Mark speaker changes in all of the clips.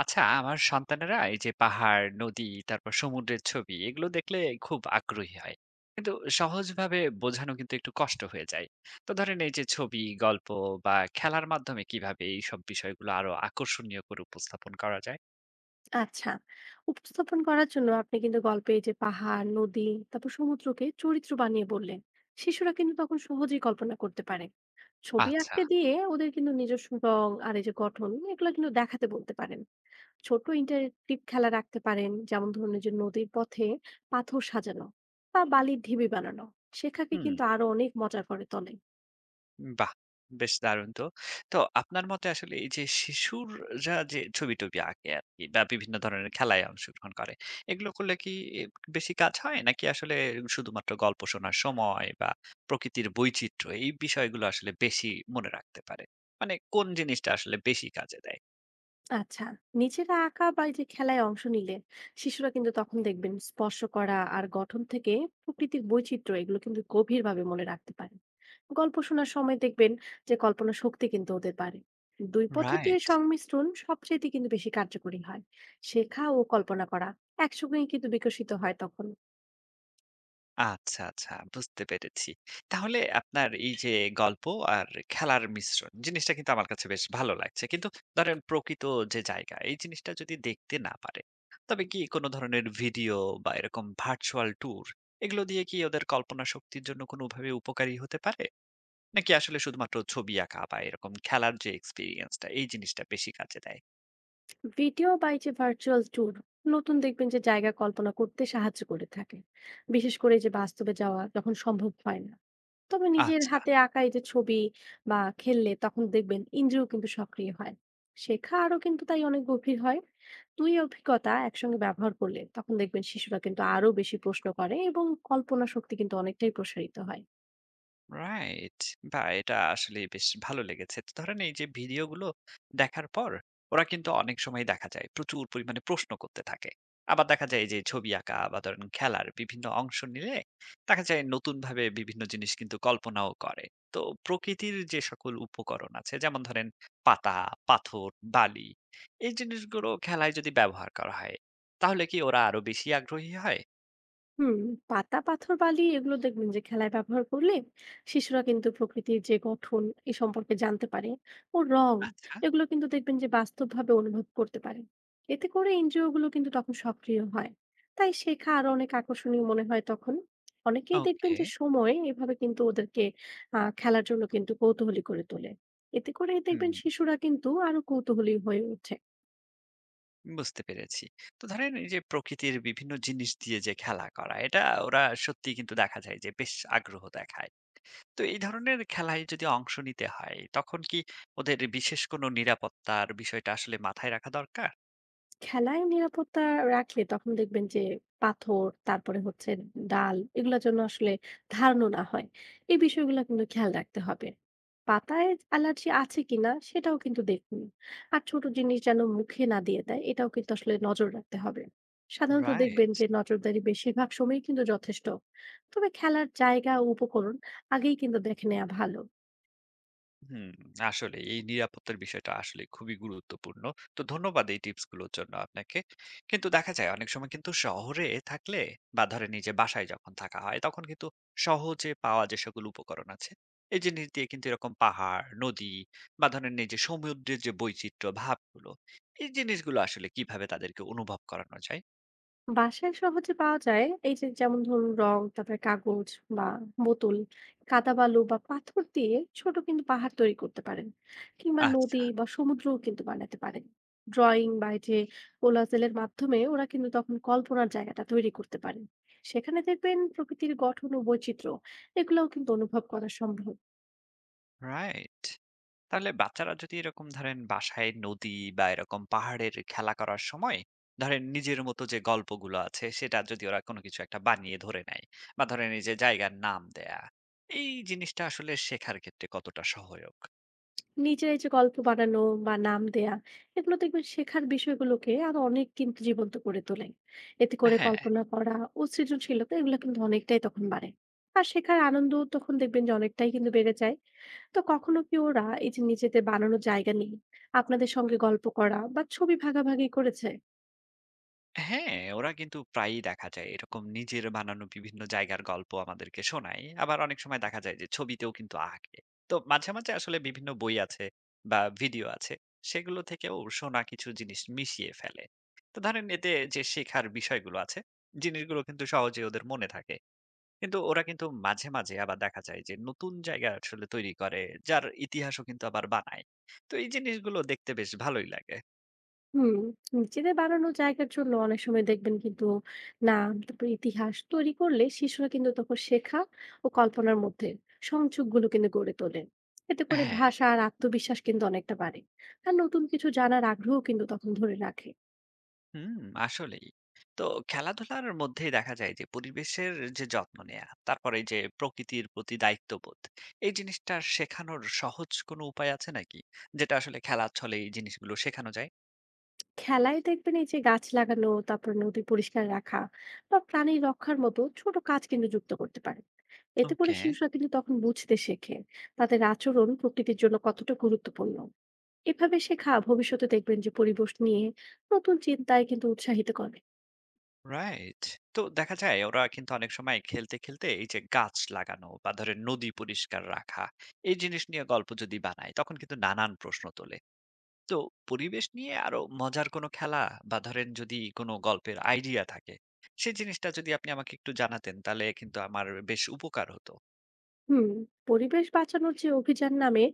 Speaker 1: আচ্ছা, আমার সন্তানেরা এই যে পাহাড়, নদী, তারপর সমুদ্রের ছবি এগুলো দেখলে খুব আগ্রহী হয়। কিন্তু সহজভাবে বোঝানো কিন্তু একটু কষ্ট হয়ে যায়। তো ধরেন এই যে ছবি, গল্প বা খেলার মাধ্যমে কিভাবে এইসব বিষয়গুলো আরো আকর্ষণীয় করে উপস্থাপন করা যায়?
Speaker 2: আচ্ছা, উপস্থাপন করার জন্য আপনি কিন্তু গল্পে এই যে পাহাড় নদী তারপর সমুদ্রকে চরিত্র বানিয়ে বললেন শিশুরা কিন্তু তখন সহজেই কল্পনা করতে পারে। ছবি
Speaker 1: আচ্ছা।
Speaker 2: আঁকতে দিয়ে ওদের কিন্তু নিজস্ব রং আর এই যে গঠন এগুলো কিন্তু দেখাতে বলতে পারেন। ছোট ইন্টারেক্টিভ খেলা রাখতে পারেন, যেমন ধরুন এই যে নদীর পথে পাথর সাজানো বা বালির ঢিবি বানানো শেখাকে
Speaker 1: হুম।
Speaker 2: কিন্তু আরো অনেক মজার করে তোলে।
Speaker 1: বাহ! বেশ দারুণ তো। তো আপনার মতে আসলে এই যে শিশুররা যে ছবি-টবি আঁকে আরকি বা বিভিন্ন ধরনের খেলায় অংশগ্রহণ করে, এগুলো করলে কি এ বেশি কাজ হয়? নাকি আসলে শুধুমাত্র গল্প শোনার সময় বা প্রকৃতির বৈচিত্র্য এই বিষয়গুলো আসলে বেশি মনে রাখতে পারে? মানে কোন জিনিসটা আসলে বেশি কাজে দেয়?
Speaker 2: আচ্ছা, নিজেরা আঁকা বা এই যে খেলায় অংশ নিলে শিশুরা কিন্তু তখন দেখবেন স্পর্শ করা আর গঠন থেকে প্রকৃতির বৈচিত্র্য এগুলো কিন্তু গভীরভাবে মনে রাখতে পারে। গল্প শোনার সময় দেখবেন যে কল্পনা শক্তি কিন্তু ওদের পারে। দুই পদ্ধতির
Speaker 1: রাইট।
Speaker 2: সংমিশ্রণ সবচেয়ে কিন্তু বেশি কার্যকরী হয়। শেখা ও কল্পনা করা একসঙ্গেই কিন্তু বিকশিত হয় তখন।
Speaker 1: আচ্ছা, আচ্ছা বুঝতে পেরেছি। তাহলে আপনার এই যে গল্প আর খেলার মিশ্রণ জিনিসটা কিন্তু আমার কাছে বেশ ভালো লাগছে। কিন্তু ধরেন প্রকৃত যে জায়গা এই জিনিসটা যদি দেখতে না পারে, তবে কি কোনো ধরনের ভিডিও বা এরকম ভার্চুয়াল ট্যুর এগুলো দিয়ে কি ওদের কল্পনা শক্তির জন্য কোনোভাবে উপকারী হতে পারে? নাকি আসলে শুধুমাত্র ছবি আঁকা বা এরকম খেলার যে এক্সপেরিয়েন্সটা এই জিনিসটা বেশি কাজে দেয়?
Speaker 2: ভিডিও বা এই যে ভার্চুয়াল ট্যুর নতুন দেখবেন যে জায়গা কল্পনা করতে সাহায্য করে থাকে, বিশেষ করে যে বাস্তবে যাওয়া যখন সম্ভব হয় না। তবে নিজের
Speaker 1: আচ্ছা।
Speaker 2: হাতে আঁকা এই যে ছবি বা খেললে তখন দেখবেন ইন্দ্রিয় কিন্তু সক্রিয় হয়। শেখা আরো কিন্তু তাই অনেক গভীর হয়। দুই অভিজ্ঞতা একসঙ্গে ব্যবহার করলে তখন দেখবেন শিশুরা কিন্তু আরো বেশি প্রশ্ন করে এবং কল্পনা শক্তি কিন্তু অনেকটাই প্রসারিত হয়।
Speaker 1: রাইট। বাহ! এটা আসলেই বেশ ভালো লেগেছে। তো ধরেন এই যে ভিডিওগুলো দেখার পর ওরা কিন্তু অনেক সময় দেখা যায় প্রচুর পরিমাণে প্রশ্ন করতে থাকে। আবার দেখা যায় যে ছবি আঁকা বা ধরেন খেলার বিভিন্ন অংশ নিলে দেখা যায় নতুনভাবে বিভিন্ন জিনিস কিন্তু কল্পনাও করে। তো প্রকৃতির যে সকল উপকরণ আছে যেমন ধরেন পাতা, পাথর, বালি এই জিনিসগুলো খেলায় যদি ব্যবহার করা হয় তাহলে কি ওরা আরো বেশি আগ্রহী হয়?
Speaker 2: হুম, পাতা পাথর বালি এগুলো দেখবেন যে খেলায় ব্যবহার করলে শিশুরা কিন্তু প্রকৃতির যে গঠন এ সম্পর্কে জানতে পারে ও রং
Speaker 1: আচ্ছা।
Speaker 2: এগুলো কিন্তু দেখবেন যে বাস্তবভাবে অনুভব করতে পারে। এতে করে ইন্দ্রিয়গুলো কিন্তু তখন সক্রিয় হয়। তাই শেখা আরো অনেক আকর্ষণীয় মনে হয় তখন। অনেকেই দেখবেন
Speaker 1: ওকে।
Speaker 2: যে সময় এভাবে কিন্তু ওদেরকে খেলার জন্য কিন্তু কৌতূহলী করে তোলে। এতে করে
Speaker 1: হুম।
Speaker 2: দেখবেন শিশুরা কিন্তু আরো কৌতূহলী হয়ে ওঠে।
Speaker 1: বুঝতে পেরেছি। তো ধরেন এই যে প্রকৃতির বিভিন্ন জিনিস দিয়ে যে খেলা করা, এটা ওরা সত্যিই কিন্তু দেখা যায় যে বেশ আগ্রহ দেখায়। তো এই ধরনের খেলায় যদি অংশ নিতে হয়, তখন কি ওদের বিশেষ কোনো নিরাপত্তার বিষয়টা আসলে মাথায় রাখা দরকার?
Speaker 2: খেলায় নিরাপত্তা রাখলে তখন দেখবেন যে পাথর তারপরে হচ্ছে ডাল এগুলোর জন্য আসলে ধারণা না হয় এই বিষয়গুলো কিন্তু খেয়াল রাখতে হবে। পাতায় অ্যালার্জি আছে কিনা সেটাও কিন্তু দেখুন। আর ছোট জিনিস যেন মুখে না দিয়ে দেয় এটাও কিন্তু আসলে নজর রাখতে হবে। সাধারণত দেখবেন
Speaker 1: রাইট।
Speaker 2: যে নজরদারি বেশিরভাগ সময়ই কিন্তু যথেষ্ট। তবে খেলার জায়গা ও উপকরণ আগেই কিন্তু দেখে নেওয়া ভালো।
Speaker 1: হুম, আসলে এই নিরাপত্তার বিষয়টা আসলে খুবই গুরুত্বপূর্ণ। তো ধন্যবাদ এই টিপস গুলোর জন্য আপনাকে। কিন্তু দেখা যায় অনেক সময় কিন্তু শহরে থাকলে বা ধরেন এই যে বাসায় যখন থাকা হয় তখন কিন্তু সহজে পাওয়া যে সকল উপকরণ আছে এই জিনিস দিয়ে কিন্তু এরকম পাহাড়, নদী বা ধরেন এই যে সমুদ্রের যে বৈচিত্র্য ভাবগুলো এই জিনিসগুলো আসলে কিভাবে তাদেরকে অনুভব করানো যায়?
Speaker 2: বাসায় সহজে পাওয়া যায় এই যে যেমন ধরুন রং তারপরে কাগজ বা বোতল, কাদা বালু বা পাথর দিয়ে ছোট কিন্তু পাহাড় তৈরি করতে পারেন, কিংবা
Speaker 1: আচ্ছা,
Speaker 2: নদী বা সমুদ্রও কিন্তু বানাতে পারেন। ড্রয়িং বা এই যে কোলাজেলের মাধ্যমে ওরা কিন্তু তখন কল্পনার জায়গাটা তৈরি করতে পারেন। সেখানে দেখবেন প্রকৃতির গঠন ও বৈচিত্র্য এগুলোও কিন্তু অনুভব করা সম্ভব।
Speaker 1: রাইট। তাহলে বাচ্চারা যদি এরকম ধরেন বাসায় নদী বা এরকম পাহাড়ের খেলা করার সময় ধরেন নিজের মতো যে গল্পগুলো আছে সেটা যদি ওরা কোনো কিছু একটা বানিয়ে ধরে নেয় বা ধরেন এই যে জায়গার নাম দেয়া এই জিনিসটা আসলে শেখার ক্ষেত্রে কতটা সহায়ক।
Speaker 2: নিজের এই যে গল্প বানানো বা নাম দেয়া এগুলো দেখবেন শেখার বিষয়গুলোকে আরো অনেক কিন্তু জীবন্ত করে তোলে। এতে করে
Speaker 1: হ্যাঁ।
Speaker 2: কল্পনা করা ও সৃজনশীলতা এগুলো কিন্তু অনেকটাই তখন বাড়ে। আর শেখার আনন্দ তখন দেখবেন যে অনেকটাই কিন্তু বেড়ে যায়। তো কখনো কি ওরা এই যে নিজেদের বানানো জায়গা নিয়ে আপনাদের সঙ্গে গল্প করা বা ছবি ভাগাভাগি করেছে?
Speaker 1: হ্যাঁ, ওরা কিন্তু প্রায়ই দেখা যায় এরকম নিজের বানানো বিভিন্ন জায়গার গল্প আমাদেরকে শোনায়। আবার অনেক সময় দেখা যায় যে ছবিতেও কিন্তু আঁকে। তো মাঝে, মাঝে আসলে বিভিন্ন বই আছে বা ভিডিও আছে সেগুলো থেকেও শোনা কিছু জিনিস মিশিয়ে ফেলে। তো ধরেন এতে যে শেখার বিষয়গুলো আছে জিনিসগুলো কিন্তু সহজে ওদের মনে থাকে। কিন্তু ওরা কিন্তু মাঝে, মাঝে আবার দেখা যায় যে নতুন জায়গা আসলে তৈরি করে যার ইতিহাসও কিন্তু আবার বানায়। তো এই জিনিসগুলো দেখতে বেশ ভালোই লাগে।
Speaker 2: হুম, নিজেদের বানানো জায়গার জন্য অনেক সময় দেখবেন কিন্তু নাম, তারপর ইতিহাস তৈরি করলে শিশুরা কিন্তু তখন শেখা ও কল্পনার মধ্যে সংযোগগুলো কিন্তু গড়ে তোলে। এতে করে
Speaker 1: হ্যাঁ।
Speaker 2: ভাষা আর আত্মবিশ্বাস কিন্তু অনেকটা বাড়ে। আর নতুন কিছু জানার আগ্রহ কিন্তু তখন ধরে রাখে।
Speaker 1: হুম, আসলেই। তো খেলাধুলার মধ্যেই দেখা যায় যে পরিবেশের যে যত্ন নেয়া, তারপরে এই যে প্রকৃতির প্রতি দায়িত্ববোধ, এই জিনিসটা শেখানোর সহজ কোনো উপায় আছে নাকি? যেটা আসলে খেলার ছলে এই জিনিসগুলো শেখানো যায়?
Speaker 2: খেলায় দেখবেন এই যে গাছ লাগানো, তারপর নদী পরিষ্কার রাখা বা প্রাণী রক্ষার মতো ছোট কাজ কিন্তু যুক্ত করতে পারে। এতে করে
Speaker 1: ওকে,
Speaker 2: শিশুরা কিন্তু তখন বুঝতে শেখে তাদের আচরণ প্রকৃতির জন্য কতটা গুরুত্বপূর্ণ। এভাবে শেখা ভবিষ্যতে দেখবেন যে পরিবেশ নিয়ে নতুন চিন্তায় কিন্তু উৎসাহিত করে।
Speaker 1: রাইট। তো দেখা যায় ওরা কিন্তু অনেক সময় খেলতে, খেলতে এই যে গাছ লাগানো বা ধরেন নদী পরিষ্কার রাখা, এই জিনিস নিয়ে গল্প যদি বানায় তখন কিন্তু নানান প্রশ্ন তোলে। তো পরিবেশ নিয়ে আরো মজার কোনো খেলা বা ধরেন যদি কোনো গল্পের আইডিয়া থাকে সেই জিনিসটা যদি আপনি আমাকে একটু জানাতেন তাহলে কিন্তু আমার বেশ উপকার হতো।
Speaker 2: হুম, পরিবেশ বাঁচানোর যে অভিযান নামে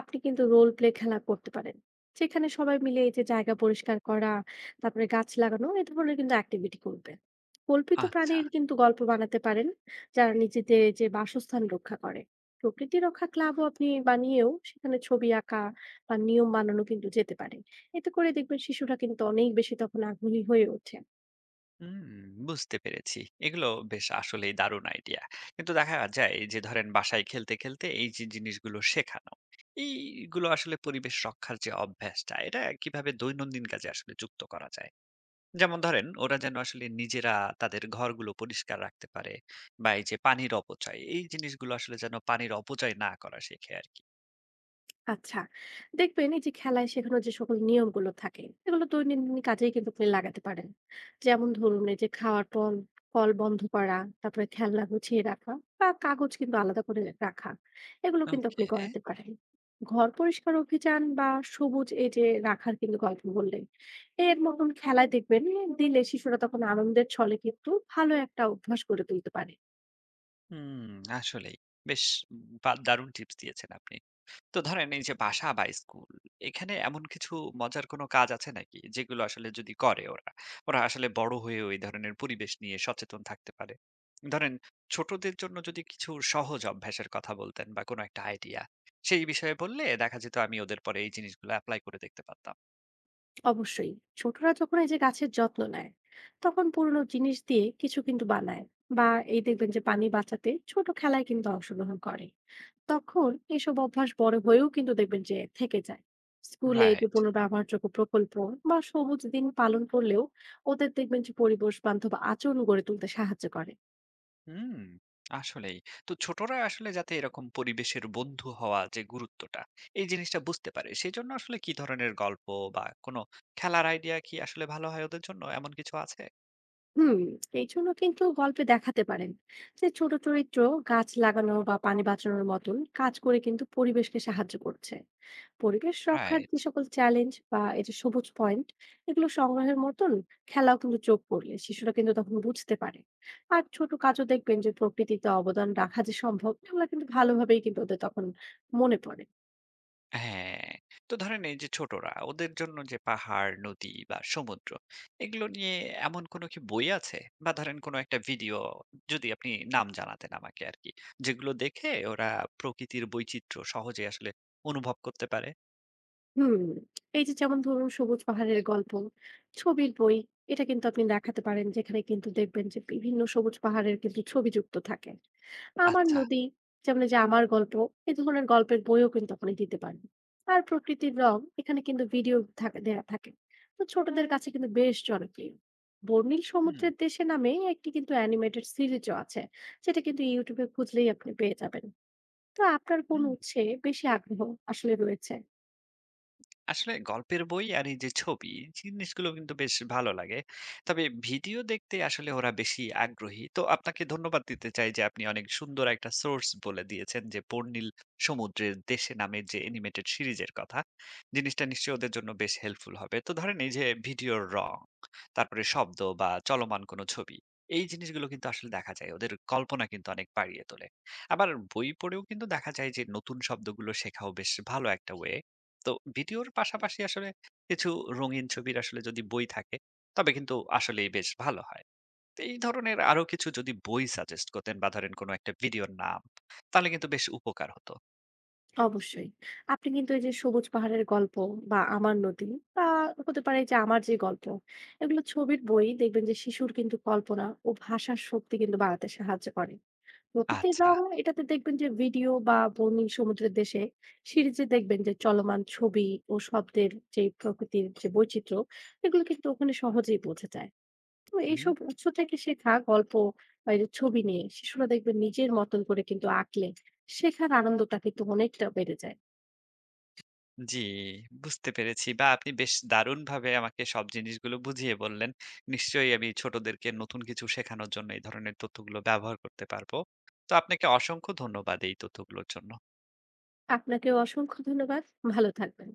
Speaker 2: আপনি কিন্তু রোল প্লে খেলা করতে পারেন, যেখানে সবাই মিলে এই যে জায়গা পরিষ্কার করা তারপরে গাছ লাগানো এ ধরনের কিন্তু অ্যাক্টিভিটি করবে। কল্পিত
Speaker 1: আচ্ছা।
Speaker 2: প্রাণীর কিন্তু গল্প বানাতে পারেন যারা নিজেদের যে বাসস্থান রক্ষা করে। প্রকৃতি রক্ষা ক্লাবও আপনি বানিয়েও সেখানে ছবি আঁকা বা নিয়ম বানানো কিন্তু যেতে পারে। এতে করে দেখবেন শিশুরা কিন্তু অনেক বেশি তখন আগ্রহী হয়ে ওঠে।
Speaker 1: হুম। বুঝতে পেরেছি। এগুলো বেশ আসলেই দারুণ আইডিয়া। কিন্তু দেখা যায় যে ধরেন বাসায় খেলতে খেলতে এই যে জিনিসগুলো শেখানো এইগুলো আসলে পরিবেশ রক্ষার যে অভ্যাসটা এটা কিভাবে দৈনন্দিন কাজে আসলে যুক্ত করা যায় যেমন ধরেন ওরা যেন আসলে নিজেরা তাদের ঘরগুলো পরিষ্কার রাখতে পারে বা এই যে পানির অপচয় এই জিনিসগুলো আসলে যেন পানির অপচয় না করা শেখে আর কি।
Speaker 2: আচ্ছা, দেখবেন এই যে খেলায় শেখানোর যে সকল নিয়মগুলো থাকে এগুলো দৈনন্দিন কাজেই কিন্তু আপনি লাগাতে পারেন। যেমন ধরুন এই যে খাওয়ার ফল ফল বন্ধ করা তারপরে খেলনা গুছিয়ে রাখা বা কাগজ কিন্তু আলাদা করে রাখা এগুলো কিন্তু আপনি
Speaker 1: ওকে।
Speaker 2: করাতে পারেন। ঘর পরিষ্কার অভিযান বা সবুজ এই যে রাখার কিন্তু গল্প বললেন এর মতন খেলায় দেখবেন এ দিলে শিশুরা তখন আনন্দের ছলে কিন্তু ভালো একটা অভ্যাস গড়ে তুলতে পারে।
Speaker 1: হুম। আসলেই। বেশ দারুণ টিপস দিয়েছেন আপনি। তো ধরেন এই যে বাসা বা স্কুল এখানে এমন কিছু মজার কোনো কাজ আছে নাকি যেগুলো আসলে যদি করে ওরা ওরা আসলে বড় হয়ে ওই ধরনের পরিবেশ নিয়ে সচেতন থাকতে পারে। ধরেন ছোটদের জন্য যদি কিছু সহজ অভ্যাসের কথা বলতেন বা কোনো একটা আইডিয়া সেই বিষয়ে বললে দেখা যেত আমি ওদের পরে এই জিনিসগুলো অ্যাপ্লাই করে দেখতে পারতাম।
Speaker 2: অবশ্যই, ছোটরা যখন এই যে গাছের যত্ন নেয় তখন পুরনো জিনিস দিয়ে কিছু কিন্তু বানায়, বা এই দেখবেন যে পানি বাঁচাতে ছোট খেলায় কিন্তু অংশগ্রহণ করে তখন এসব অভ্যাস বড় হয়েও কিন্তু দেখবেন যে থেকে যায়। স্কুলে এই যে
Speaker 1: রাইট।
Speaker 2: পুনর্ব্যবহারযোগ্য প্রকল্প বা সবুজ দিন পালন করলেও ওদের দেখবেন যে পরিবেশ বান্ধব আচরণ গড়ে তুলতে সাহায্য করে।
Speaker 1: হুম, আসলেই। তো ছোটরা আসলে যাতে এরকম পরিবেশের বন্ধু হওয়া যে গুরুত্বটা, এই জিনিসটা বুঝতে পারে সেজন্য আসলে কি ধরনের গল্প বা কোনো খেলার আইডিয়া কি আসলে ভালো হয় ওদের জন্য? এমন কিছু আছে?
Speaker 2: হুম, এই জন্য কিন্তু গল্পে দেখাতে পারেন যে ছোট চরিত্র গাছ লাগানো বা পানি বাঁচানোর মতন কাজ করে কিন্তু পরিবেশকে সাহায্য করছে। পরিবেশ রক্ষার
Speaker 1: রাইট।
Speaker 2: যে সকল চ্যালেঞ্জ বা এই যে সবুজ পয়েন্ট এগুলো সংগ্রহের মতন খেলাও কিন্তু যোগ করলে শিশুরা কিন্তু তখন বুঝতে পারে। আর ছোট কাজও দেখবেন যে প্রকৃতিতে অবদান রাখা যে সম্ভব এগুলো কিন্তু ভালোভাবেই কিন্তু ওদের তখন মনে পড়ে।
Speaker 1: হ্যাঁ। তো ধরেন এই যে ছোটরা ওদের জন্য যে পাহাড়, নদী বা সমুদ্র এগুলো নিয়ে এমন কোনো কি বই আছে? বা ধরেন কোনো একটা ভিডিও যদি আপনি নাম জানাতেন আমাকে আরকি। যেগুলো দেখে ওরা প্রকৃতির বৈচিত্র্য সহজে আসলে অনুভব করতে পারে?
Speaker 2: হুম, এই যে যেমন ধরুন সবুজ পাহাড়ের গল্প ছবির বই এটা কিন্তু আপনি দেখাতে পারেন, যেখানে কিন্তু দেখবেন যে বিভিন্ন সবুজ পাহাড়ের কিন্তু ছবি যুক্ত থাকে। আমার
Speaker 1: আচ্ছা।
Speaker 2: নদী, যেমন এই যে আমার গল্প, এই ধরনের গল্পের বইও কিন্তু আপনি দিতে পারেন। আর প্রকৃতির রং এখানে কিন্তু ভিডিও থাকে দেয়া থাকে, তো ছোটদের কাছে কিন্তু বেশ জনপ্রিয়। বর্ণিল
Speaker 1: হুম।
Speaker 2: সমুদ্রের দেশে নামে একটি কিন্তু অ্যানিমেটেড সিরিজও আছে, সেটা কিন্তু ইউটিউবে খুঁজলেই আপনি পেয়ে যাবেন। তো আপনার কোন
Speaker 1: হুম,
Speaker 2: উৎসে বেশি আগ্রহ আসলে রয়েছে?
Speaker 1: আসলে গল্পের বই আর এই যে ছবি এই জিনিসগুলো কিন্তু বেশ ভালো লাগে। তবে ভিডিও দেখতে আসলে ওরা বেশি আগ্রহী। তো আপনাকে ধন্যবাদ দিতে চাই যে আপনি অনেক সুন্দর একটা সোর্স বলে দিয়েছেন যে পর্ণিল সমুদ্রের দেশে নামে যে অ্যানিমেটেড সিরিজের কথা, জিনিসটা নিশ্চয়ই ওদের জন্য বেশ হেল্পফুল হবে। তো ধরেন এই যে ভিডিওর রং তারপরে শব্দ বা চলমান কোনো ছবি এই জিনিসগুলো কিন্তু আসলে দেখা যায় ওদের কল্পনা কিন্তু অনেক বাড়িয়ে তোলে। আবার বই পড়েও কিন্তু দেখা যায় যে নতুন শব্দগুলো শেখাও বেশ ভালো একটা ওয়ে। তো ভিডিওর পাশাপাশি আসলে কিছু রঙিন ছবির আসলে যদি বই থাকে, তবে কিন্তু আসলেই বেশ ভালো হয়। তো এই ধরনের আরো কিছু যদি বই সাজেস্ট করতেন বা ধরেন কোনো একটা ভিডিওর নাম, তাহলে কিন্তু বেশ উপকার হতো।
Speaker 2: অবশ্যই। আপনি কিন্তু এই যে সবুজ পাহাড়ের গল্প বা আমার নদী, বা হতে পারে যে আমার যে গল্প, এগুলো ছবির বই দেখবেন যে শিশুর কিন্তু কল্পনা ও ভাষার শক্তি কিন্তু বাড়াতে সাহায্য করে। প্রকৃতির
Speaker 1: আচ্ছা।
Speaker 2: রং এটাতে দেখবেন যে ভিডিও বা বনি সমুদ্রের দেশে সিরিজে দেখবেন যে চলমান ছবি ও শব্দের যে প্রকৃতির যে বৈচিত্র্য এগুলো কিন্তু ওখানে সহজেই বোঝা যায়। তো
Speaker 1: হুম।
Speaker 2: এইসব উৎস থেকে শেখা গল্প বা এই যে ছবি নিয়ে শিশুরা দেখবেন নিজের মতন করে কিন্তু আঁকলে শেখার আনন্দটা কিন্তু অনেকটা বেড়ে যায়।
Speaker 1: জি, বুঝতে পেরেছি। বা আপনি বেশ দারুণভাবে আমাকে সব জিনিসগুলো বুঝিয়ে বললেন। নিশ্চয়ই আমি ছোটদেরকে নতুন কিছু শেখানোর জন্য এই ধরনের তথ্যগুলো ব্যবহার করতে পারবো। তো আপনাকে অসংখ্য ধন্যবাদ এই তথ্যগুলোর জন্য।
Speaker 2: আপনাকেও অসংখ্য ধন্যবাদ। ভালো থাকবেন।